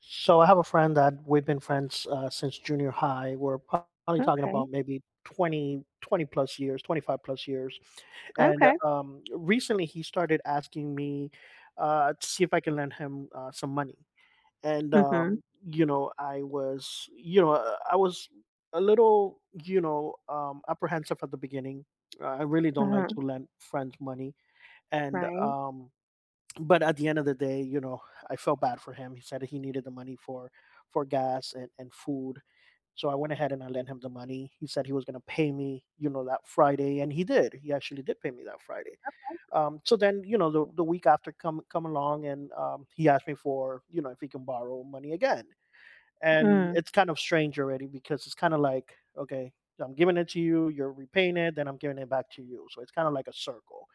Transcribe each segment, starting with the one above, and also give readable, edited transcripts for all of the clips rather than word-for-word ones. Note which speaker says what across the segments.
Speaker 1: So I have a friend that we've been friends since junior high. We're probably talking
Speaker 2: Okay.
Speaker 1: about maybe 20, 20 plus years, 25 plus years. And
Speaker 2: Okay.
Speaker 1: Recently he started asking me to see if I can lend him some money.
Speaker 2: Mhm.
Speaker 1: I was a little apprehensive at the beginning. I really don't like
Speaker 2: huh.
Speaker 1: to lend friends money. And,
Speaker 2: Right.
Speaker 1: um, but at the end of the day, I felt bad for him. He said he needed the money for gas and food. So I went ahead and I lent him the money. He said he was gonna pay me that Friday, and he did. He actually did pay me that Friday. So then, the week after come along, and he asked me for, if he can borrow money again. And
Speaker 2: Mm.
Speaker 1: it's kind of strange already, because it's kind of like, okay, I'm giving it to you, you're repaying it, then I'm giving it back to you. So it's kind of like a circle.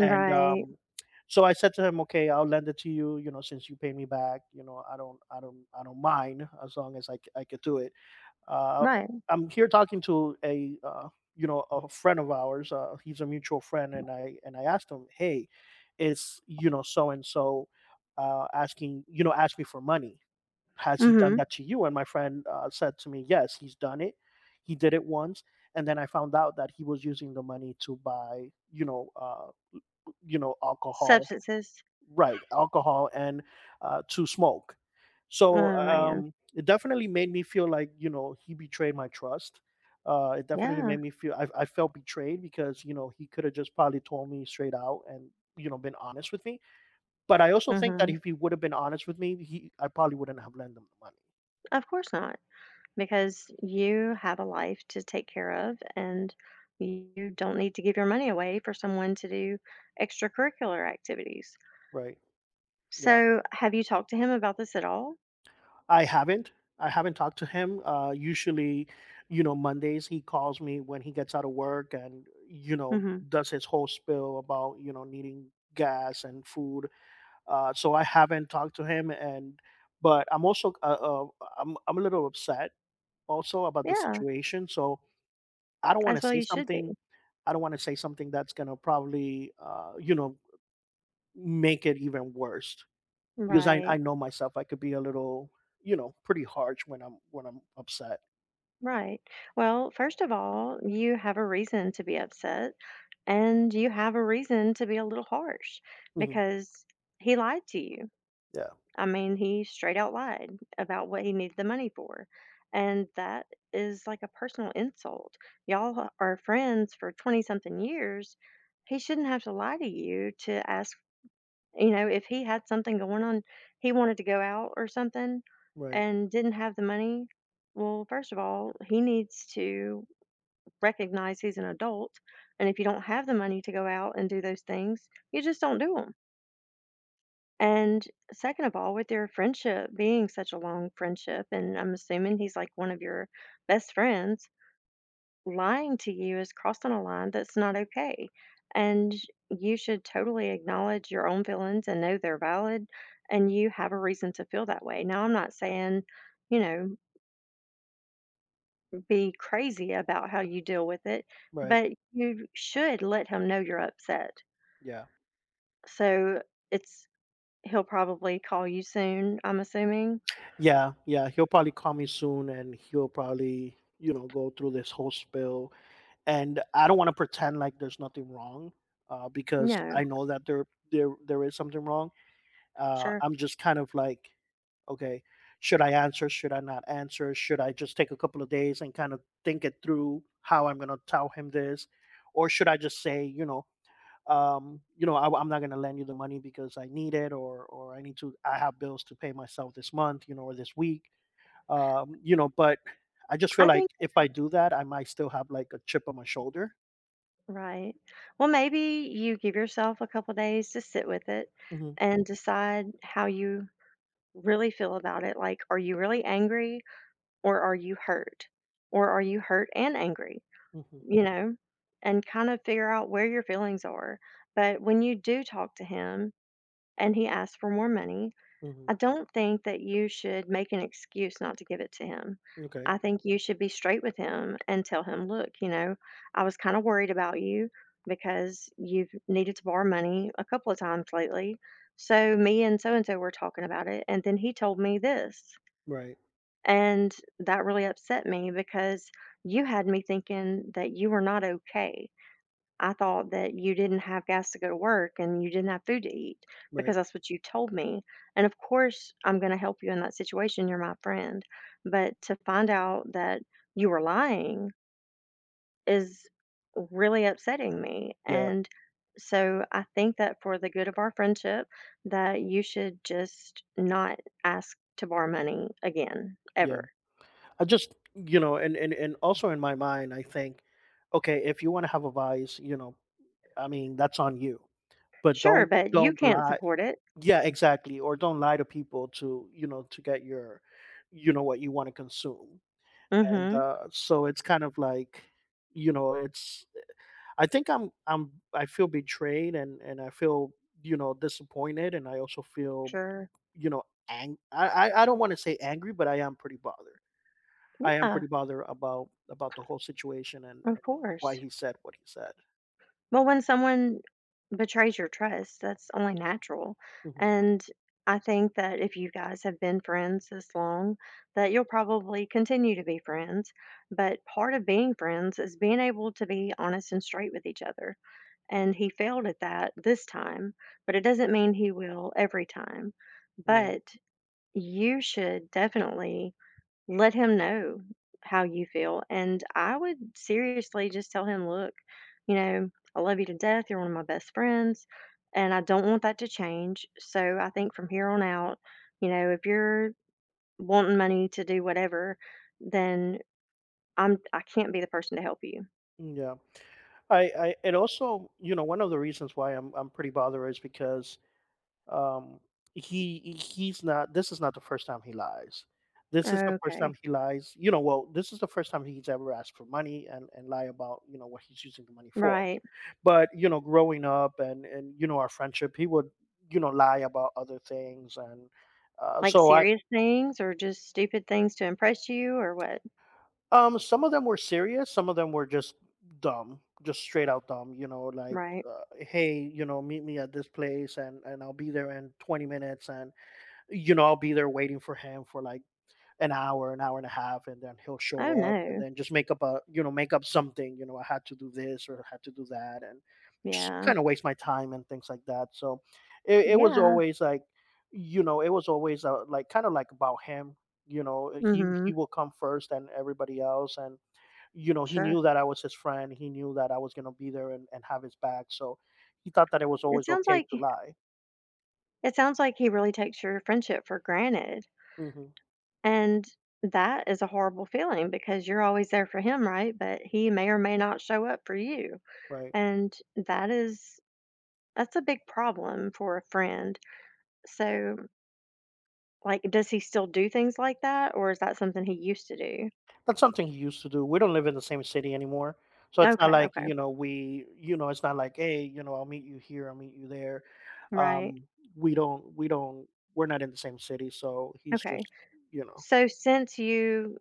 Speaker 1: and um so I said to him, okay, I'll lend it to you, you know since you pay me back, I don't mind, as long as I could do it. uh
Speaker 2: Right.
Speaker 1: I'm here talking to a you know a friend of ours. He's a mutual friend. And I asked him, hey, is so and so asking you know ask me for money? Has he done
Speaker 2: Mhm.
Speaker 1: that to you? And my friend, said to me, yes, he's done it. He did it once. And then I found out that he was using the money to buy, alcohol.
Speaker 2: Substances.
Speaker 1: Right, alcohol and to smoke. So
Speaker 2: Oh man.
Speaker 1: um, it definitely made me feel like he betrayed my trust. It definitely
Speaker 2: Yeah.
Speaker 1: made me feel I felt betrayed, because he could have just probably told me straight out and been honest with me. But I also think that
Speaker 2: Mhm.
Speaker 1: if he would have been honest with me, he I probably wouldn't have lent him the money.
Speaker 2: Of course not, because you have a life to take care of, and you don't need to give your money away for someone to do extracurricular activities.
Speaker 1: Right? Yeah.
Speaker 2: So, have you talked to him about this at all?
Speaker 1: I haven't. I haven't talked to him. Usually, Mondays he calls me when he gets out of work and,
Speaker 2: Mhm.
Speaker 1: does his whole spill about, needing gas and food. So I haven't talked to him. But I'm also, I'm a little upset also about the
Speaker 2: Yeah.
Speaker 1: situation. So I don't want to
Speaker 2: As well,
Speaker 1: say
Speaker 2: you should be.
Speaker 1: something. I don't want to say something that's going to probably, make it even worse. Because I
Speaker 2: Right.
Speaker 1: know myself, I could be a little, pretty harsh when I'm upset.
Speaker 2: Right. Well, first of all, you have a reason to be upset and you have a reason to be a little harsh
Speaker 1: Mhm.
Speaker 2: because he lied to you.
Speaker 1: Yeah.
Speaker 2: I mean, he straight out lied about what he needed the money for. And that is like a personal insult. Y'all are friends for 20 something years. He shouldn't have to lie to you to ask, if he had something going on, he wanted to go out or something
Speaker 1: Right.
Speaker 2: and didn't have the money, well, first of all, he needs to recognize he's an adult, and if you don't have the money to go out and do those things, you just don't do not do them. And second of all, with your friendship being such a long friendship, and I'm assuming he's like one of your best friends, lying to you is crossing a line that's not okay. And you should totally acknowledge your own feelings and know they're valid and you have a reason to feel that way. Now, I'm not saying, you know, be crazy about how you deal with it,
Speaker 1: Right.
Speaker 2: but you should let him know you're upset.
Speaker 1: Yeah.
Speaker 2: So it's, he'll probably call you soon, I'm assuming.
Speaker 1: Yeah. Yeah. He'll probably call me soon, and he'll probably, go through this whole spill. And I don't want to pretend like there's nothing wrong, because I
Speaker 2: No,
Speaker 1: know that there is something wrong.
Speaker 2: sure.
Speaker 1: I'm just kind of like, okay, should I answer? Should I not answer? Should I just take a couple of days and kind of think it through how I'm gonna tell him this? Or should I just say, I am not going to lend you the money, because I need it, or I need to. I have bills to pay myself this month, or this week. But I just feel
Speaker 2: I
Speaker 1: like
Speaker 2: think,
Speaker 1: if I do that, I might still have like a chip on my shoulder.
Speaker 2: right. Well, maybe you give yourself a couple days to sit with it
Speaker 1: Hmm.
Speaker 2: and decide how you really feel about it. Like, are you really angry or are you hurt? Or are you hurt and angry?
Speaker 1: Hmm.
Speaker 2: You know, and kind of figure out where your feelings are. But when you do talk to him and he asks for more money,
Speaker 1: Hmm.
Speaker 2: I don't think that you should make an excuse not to give it to him.
Speaker 1: Okay.
Speaker 2: I think you should be straight with him and tell him, "Look, you know, I was kind of worried about you because you've needed to borrow money a couple of times lately. So me and so were talking about it, and then he told me this.
Speaker 1: Right.
Speaker 2: And that really upset me because you had me thinking that you were not okay. I thought that you didn't have gas to go to work and you didn't have food to eat
Speaker 1: Right.
Speaker 2: because that's what you told me. And of course, I'm going to help you in that situation. You're my friend. But to find out that you were lying is really upsetting me.
Speaker 1: Yeah.
Speaker 2: And so I think that for the good of our friendship, that you should just not ask to borrow money again,
Speaker 1: Yeah.
Speaker 2: ever.
Speaker 1: I just, and also in my mind, I think, okay, if you want to have a vice, I mean, that's on you. But
Speaker 2: Sure,
Speaker 1: don't
Speaker 2: but you can't
Speaker 1: lie.
Speaker 2: support it.
Speaker 1: Yeah, exactly. Or don't lie to people to get your, what you want to consume.
Speaker 2: Mm
Speaker 1: And
Speaker 2: hmm.
Speaker 1: uh, so it's kind of like, you know, it's. I think I feel betrayed, and I feel, disappointed, and I also feel,
Speaker 2: Sure.
Speaker 1: you know, ang. I don't want to say angry, but I am pretty bothered. I am
Speaker 2: Yeah,
Speaker 1: pretty bothered about the whole situation, and
Speaker 2: of
Speaker 1: and why
Speaker 2: course.
Speaker 1: he said what he said.
Speaker 2: Well, when someone betrays your trust, that's only natural.
Speaker 1: Hmm.
Speaker 2: And I think that if you guys have been friends this long, that you'll probably continue to be friends. But part of being friends is being able to be honest and straight with each other. And he failed at that this time, but it doesn't mean he will every time.
Speaker 1: Right.
Speaker 2: But you should definitely let him know how you feel. And I would seriously just tell him, look, you know, I love you to death. You're one of my best friends. And I don't want that to change. So I think from here on out, you know, if you're wanting money to do whatever, then I can't be the person to help you.
Speaker 1: Yeah. I and also, one of the reasons why I'm pretty bothered is because um he he's not this is not the first time he lies. This is the first time
Speaker 2: Okay.
Speaker 1: he lies. Well, this is the first time he's ever asked for money and lie about, what he's using the money for.
Speaker 2: Right.
Speaker 1: But growing up, and our friendship, he would lie about other things. And
Speaker 2: Like
Speaker 1: so I
Speaker 2: serious things or just stupid things to impress you or what?
Speaker 1: Some of them were serious, some of them were just dumb. Just straight out dumb, you know, like,
Speaker 2: Right.
Speaker 1: hey, meet me at this place and I'll be there in 20 minutes, and I'll be there waiting for him for like an hour and a half, and then he'll
Speaker 2: Oh
Speaker 1: show up and
Speaker 2: no.
Speaker 1: then just make up something, I had to do this or I had to do that, and just
Speaker 2: Yeah.
Speaker 1: kinda waste my time and things like that. So it was
Speaker 2: Yeah.
Speaker 1: always like, it was always, like, kind of like, about him. He
Speaker 2: Mhm.
Speaker 1: will come first, and everybody else. And he
Speaker 2: Sure.
Speaker 1: knew that I was his friend. He knew that I was gonna be there, and have his back. So he thought that it was
Speaker 2: It
Speaker 1: always
Speaker 2: sounds
Speaker 1: okay
Speaker 2: like
Speaker 1: to lie.
Speaker 2: It sounds like he really takes your friendship for granted,
Speaker 1: Hmm.
Speaker 2: and that is a horrible feeling because you're always there for him, right? But he may or may not show up for you,
Speaker 1: Right.
Speaker 2: and that is that's a big problem for a friend. So, like, does he still do things like that, or is that something he used to do?
Speaker 1: That's something you used to do. We don't live in the same city anymore. So it's not
Speaker 2: Okay,
Speaker 1: like,
Speaker 2: okay.
Speaker 1: you know, we, you know, it's not like, hey, I'll meet you here, I'll meet you there.
Speaker 2: Right.
Speaker 1: Um, we don't, we don't, we're not in the same city. So he's
Speaker 2: Okay.
Speaker 1: just, you know,
Speaker 2: So since you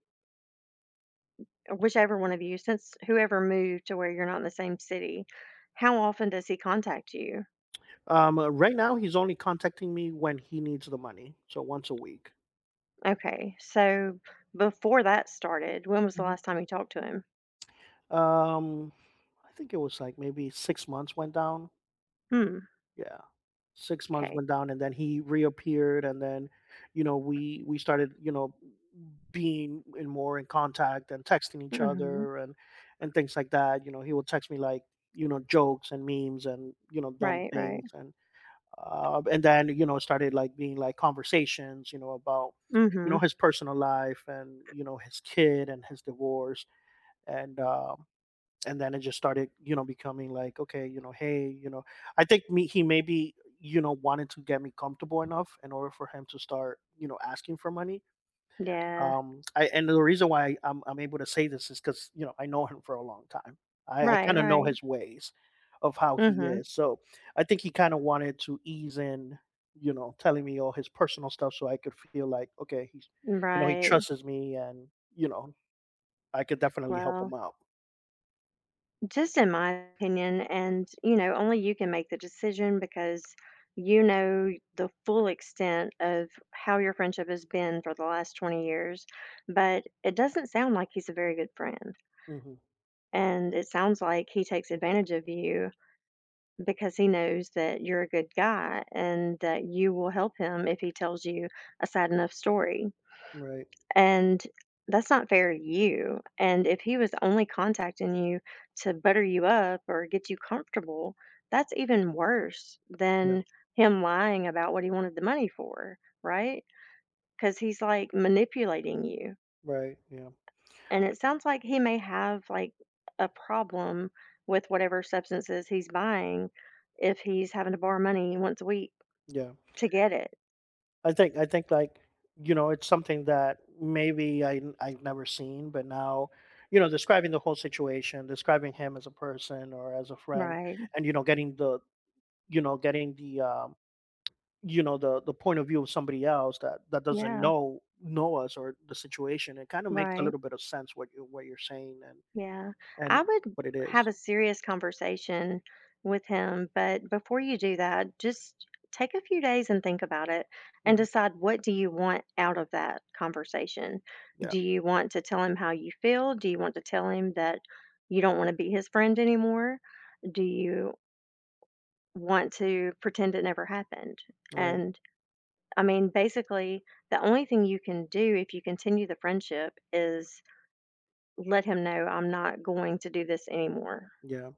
Speaker 2: whichever one of you, since whoever moved to where you're not in the same city, how often does he contact you?
Speaker 1: right now, he's only contacting me when he needs the money. So once a week.
Speaker 2: Okay, so before that started, when was the
Speaker 1: Mhm.
Speaker 2: last time you talked to him?
Speaker 1: Um, I think it was like maybe 6 months went down.
Speaker 2: Hmm,
Speaker 1: Yeah. 6 months
Speaker 2: okay.
Speaker 1: went down, and then he reappeared, and then we started, being in more in contact, and texting each
Speaker 2: Mhm.
Speaker 1: other and things like that. He would text me like, jokes and memes, and, dumb
Speaker 2: Right, right.
Speaker 1: things, and then, started like being like conversations, about
Speaker 2: Mhm.
Speaker 1: his personal life, and his kid, and his divorce. And um and then it just started, becoming like, okay, you know hey you know I think, me he maybe, wanted to get me comfortable enough in order for him to start, asking for money.
Speaker 2: Yeah.
Speaker 1: Um i and the reason why I'm able to say this is because I know him for a long time. I
Speaker 2: Right,
Speaker 1: kind of know
Speaker 2: right.
Speaker 1: his ways of how he
Speaker 2: Mhm.
Speaker 1: is. So I think he kind of wanted to ease in, telling me all his personal stuff, so I could feel like, okay, he
Speaker 2: Right.
Speaker 1: trusts me and you know I could definitely help him
Speaker 2: Well,
Speaker 1: out.
Speaker 2: just in my opinion, and you know, only you can make the decision because you know the full extent of how your friendship has been for the last 20 years, but it doesn't sound like he's a very good friend.
Speaker 1: Hmm.
Speaker 2: And it sounds like he takes advantage of you because he knows that you're a good guy and that you will help him if he tells you a sad enough story.
Speaker 1: Right.
Speaker 2: And that's not fair to you. And if he was only contacting you to butter you up or get you comfortable, that's even worse than him lying about what he wanted the money for, right? Because he's like manipulating you.
Speaker 1: Right. Yeah.
Speaker 2: And it sounds like he may have like a problem with whatever substances he's buying if he's having to borrow money once a week.
Speaker 1: Yeah.
Speaker 2: To get it,
Speaker 1: I think like, it's something that maybe I've never seen. But now, describing the whole situation, describing him as a person or as a friend,
Speaker 2: right.
Speaker 1: and getting the you know the point of view of somebody else that doesn't
Speaker 2: Yeah,
Speaker 1: know us or the situation, it kind of makes a
Speaker 2: right,
Speaker 1: little bit of sense what you're saying, and
Speaker 2: yeah.
Speaker 1: and
Speaker 2: I would
Speaker 1: what it
Speaker 2: have
Speaker 1: is.
Speaker 2: a serious conversation with him, but before you do that, just take a few days and think about it and
Speaker 1: Mhm.
Speaker 2: decide what do you want out of that conversation.
Speaker 1: Yeah.
Speaker 2: Do you want to tell him how you feel? Do you want to tell him that you don't wanna be his friend anymore? Do you want to pretend it never happened?
Speaker 1: Right.
Speaker 2: And, I mean, basically, the only thing you can do if you continue the friendship is let him know I'm not going to do this anymore.
Speaker 1: Yeah.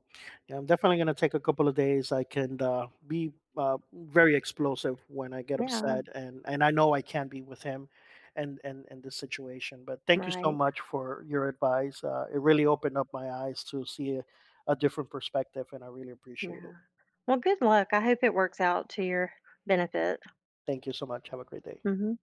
Speaker 1: Yeah, I'm definitely gonna take a couple of days. I can, be, very explosive when I get
Speaker 2: Yeah,
Speaker 1: upset, and I know I can not be with him, and in this situation. But thank you so
Speaker 2: right.
Speaker 1: much for your advice. It really opened up my eyes to see a different perspective, and I really appreciate
Speaker 2: Yeah.
Speaker 1: it.
Speaker 2: Well, good luck. I hope it works out to your benefit.
Speaker 1: Thank you so much. Have a great day.
Speaker 2: Mhm.